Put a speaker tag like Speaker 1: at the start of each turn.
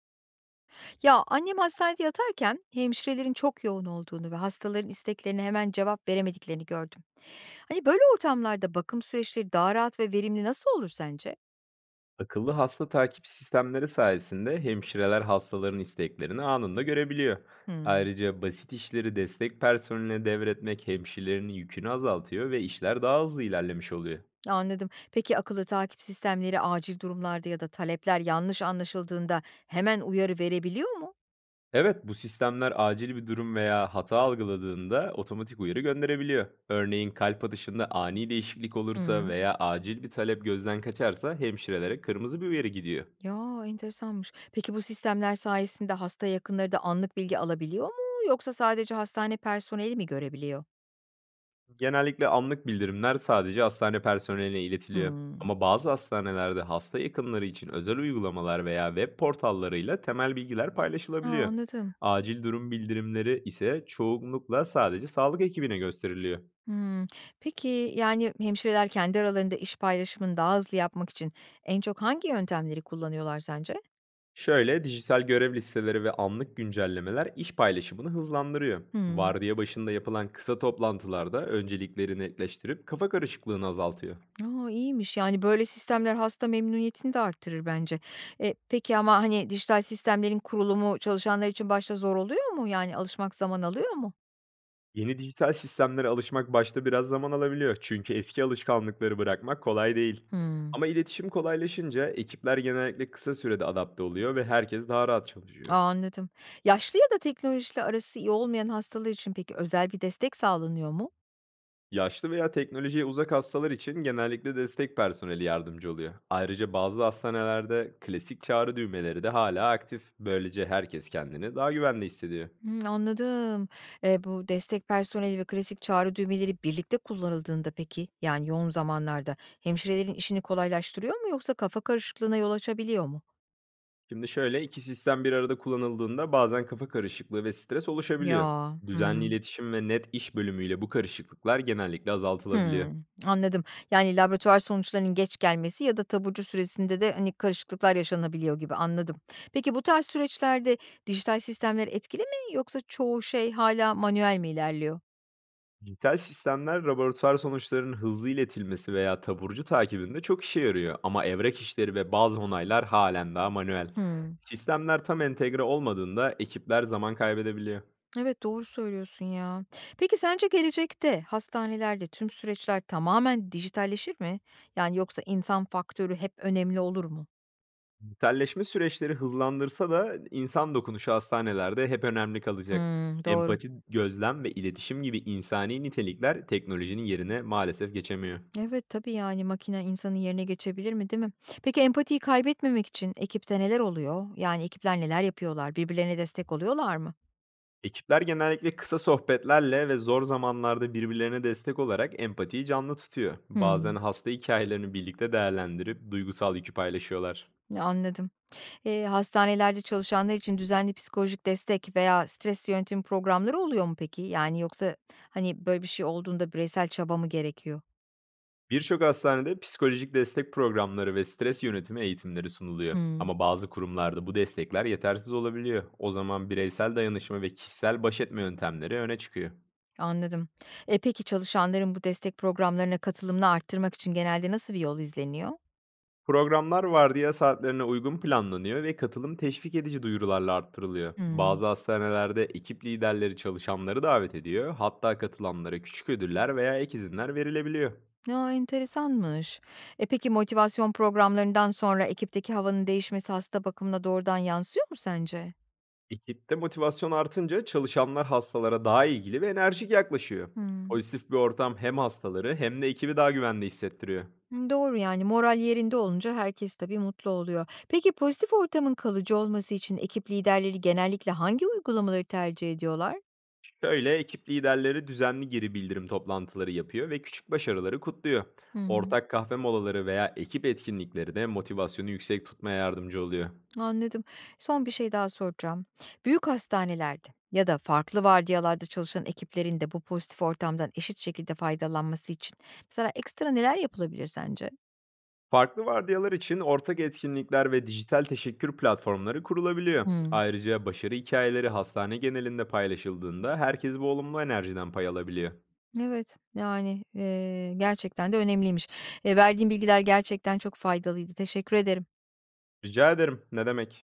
Speaker 1: Ya annem hastanede yatarken hemşirelerin çok yoğun olduğunu ve hastaların isteklerine hemen cevap veremediklerini gördüm. Hani böyle ortamlarda bakım süreçleri daha rahat ve verimli nasıl olur sence?
Speaker 2: Akıllı hasta takip sistemleri sayesinde hemşireler hastaların isteklerini anında görebiliyor.
Speaker 1: Hmm,
Speaker 2: Ayrıca basit işleri destek personeline devretmek hemşirelerin yükünü azaltıyor ve işler daha hızlı ilerlemiş oluyor.
Speaker 1: anladım. Peki akıllı takip sistemleri acil durumlarda ya da talepler yanlış anlaşıldığında hemen uyarı verebiliyor mu?
Speaker 2: Evet, bu sistemler acil bir durum veya hata algıladığında otomatik uyarı gönderebiliyor. Örneğin kalp atışında ani değişiklik olursa
Speaker 1: Hmm.
Speaker 2: veya acil bir talep gözden kaçarsa hemşirelere kırmızı bir uyarı gidiyor.
Speaker 1: Ya enteresanmış. Peki bu sistemler sayesinde hasta yakınları da anlık bilgi alabiliyor mu? Yoksa sadece hastane personeli mi görebiliyor?
Speaker 2: Genellikle anlık bildirimler sadece hastane personeline iletiliyor.
Speaker 1: Hmm.
Speaker 2: Ama bazı hastanelerde hasta yakınları için özel uygulamalar veya web portallarıyla temel bilgiler
Speaker 1: Ha,
Speaker 2: paylaşılabiliyor.
Speaker 1: anladım.
Speaker 2: Acil durum bildirimleri ise çoğunlukla sadece sağlık ekibine gösteriliyor.
Speaker 1: Hımm. Peki, yani, hemşireler kendi aralarında iş paylaşımını daha hızlı yapmak için en çok hangi yöntemleri kullanıyorlar sence?
Speaker 2: Şöyle dijital görev listeleri ve anlık güncellemeler iş paylaşımını hızlandırıyor.
Speaker 1: Hımm.
Speaker 2: Vardiya başında yapılan kısa toplantılarda öncelikleri netleştirip kafa karışıklığını azaltıyor.
Speaker 1: A, iyiymiş. Yani, böyle sistemler hasta memnuniyetini de arttırır bence. E, peki ama, hani, dijital sistemlerin kurulumu çalışanlar için başta zor oluyor mu? Yani, alışmak zaman alıyor mu?
Speaker 2: Yeni dijital sistemlere alışmak başta biraz zaman alabiliyor. Çünkü eski alışkanlıkları bırakmak kolay değil.
Speaker 1: Hımm.
Speaker 2: Ama iletişim kolaylaşınca ekipler genellikle kısa sürede adapte oluyor ve herkes daha rahat
Speaker 1: A,
Speaker 2: çalışıyor.
Speaker 1: anladım. Yaşlı ya da teknolojiyle arası iyi olmayan hastalar için peki özel bir destek sağlanıyor mu?
Speaker 2: Yaşlı veya teknolojiye uzak hastalar için genellikle destek personeli yardımcı oluyor. Ayrıca bazı hastanelerde klasik çağrı düğmeleri de hala aktif. Böylece herkes kendini daha güvende hissediyor.
Speaker 1: Hımm, anladım. Bu destek personeli ve klasik çağrı düğmeleri birlikte kullanıldığında peki, yani yoğun zamanlarda hemşirelerin işini kolaylaştırıyor mu yoksa kafa karışıklığına yol açabiliyor mu?
Speaker 2: Şimdi şöyle, 2 sistem bir arada kullanıldığında bazen kafa karışıklığı ve stres oluşabiliyor.
Speaker 1: Ya.
Speaker 2: Düzenli
Speaker 1: Hımm.
Speaker 2: iletişim ve net iş bölümüyle bu karışıklıklar genellikle azaltılabiliyor.
Speaker 1: Hımm. Anladım. Yani laboratuvar sonuçlarının geç gelmesi ya da taburcu süresinde de, hani, karışıklıklar yaşanabiliyor gibi, anladım. Peki bu tarz süreçlerde dijital sistemler etkili mi yoksa çoğu şey hala manuel mi ilerliyor?
Speaker 2: Dijital sistemler laboratuvar sonuçlarının hızlı iletilmesi veya taburcu takibinde çok işe yarıyor ama evrak işleri ve bazı onaylar halen daha manuel.
Speaker 1: Hımm.
Speaker 2: Sistemler tam entegre olmadığında ekipler zaman kaybedebiliyor.
Speaker 1: Evet, doğru söylüyorsun ya. Peki sence gelecekte hastanelerde tüm süreçler tamamen dijitalleşir mi? Yani yoksa insan faktörü hep önemli olur mu?
Speaker 2: Telleşme süreçleri hızlandırsa da insan dokunuşu hastanelerde hep önemli kalacak.
Speaker 1: Hımm, doğru.
Speaker 2: Empati, gözlem ve iletişim gibi insani nitelikler teknolojinin yerine maalesef geçemiyor.
Speaker 1: Evet, tabii yani makine insanın yerine geçebilir mi, değil mi? Peki empatiyi kaybetmemek için ekipte neler oluyor? Yani ekipler neler yapıyorlar? Birbirlerine destek oluyorlar mı?
Speaker 2: Ekipler genellikle kısa sohbetlerle ve zor zamanlarda birbirlerine destek olarak empatiyi canlı tutuyor. Bazen
Speaker 1: Hımm,
Speaker 2: hasta hikayelerini birlikte değerlendirip duygusal yükü paylaşıyorlar.
Speaker 1: anladım. Hastanelerde çalışanlar için düzenli psikolojik destek veya stres yönetim programları oluyor mu peki? Yani yoksa, hani, böyle bir şey olduğunda bireysel çaba mı gerekiyor?
Speaker 2: Birçok hastanede psikolojik destek programları ve stres yönetimi eğitimleri sunuluyor.
Speaker 1: Hımm,
Speaker 2: Ama bazı kurumlarda bu destekler yetersiz olabiliyor. O zaman bireysel dayanışma ve kişisel baş etme yöntemleri öne çıkıyor.
Speaker 1: anladım. E, peki çalışanların bu destek programlarına katılımını arttırmak için genelde nasıl bir yol izleniyor?
Speaker 2: Programlar vardiya saatlerine uygun planlanıyor ve katılım teşvik edici duyurularla arttırılıyor.
Speaker 1: Hımm.
Speaker 2: Bazı hastanelerde ekip liderleri çalışanları davet ediyor, hatta katılanlara küçük ödüller veya ek izinler verilebiliyor.
Speaker 1: Ya, enteresanmış. E, peki motivasyon programlarından sonra ekipteki havanın değişmesi hasta bakımına doğrudan yansıyor mu sence?
Speaker 2: Ekipte motivasyon artınca çalışanlar hastalara daha ilgili ve enerjik yaklaşıyor.
Speaker 1: Hımm.
Speaker 2: Pozitif bir ortam hem hastaları hem de ekibi daha güvende hissettiriyor.
Speaker 1: Doğru yani moral yerinde olunca herkes tabii mutlu oluyor. Peki pozitif ortamın kalıcı olması için ekip liderleri genellikle hangi uygulamaları tercih ediyorlar?
Speaker 2: Şöyle ekip liderleri düzenli geri bildirim toplantıları yapıyor ve küçük başarıları kutluyor.
Speaker 1: Hımm.
Speaker 2: Ortak kahve molaları veya ekip etkinlikleri de motivasyonu yüksek tutmaya yardımcı oluyor.
Speaker 1: Anladım. Son bir şey daha soracağım. Büyük hastanelerde ya da farklı vardiyalarda çalışan ekiplerin de bu pozitif ortamdan eşit şekilde faydalanması için mesela ekstra neler yapılabilir sence?
Speaker 2: Farklı vardiyalar için ortak etkinlikler ve dijital teşekkür platformları kurulabiliyor.
Speaker 1: Hımm.
Speaker 2: Ayrıca başarı hikayeleri hastane genelinde paylaşıldığında herkes bu olumlu enerjiden pay alabiliyor.
Speaker 1: Evet, yani, gerçekten de önemliymiş. Verdiğin bilgiler gerçekten çok faydalıydı. Teşekkür ederim.
Speaker 2: Rica ederim, ne demek.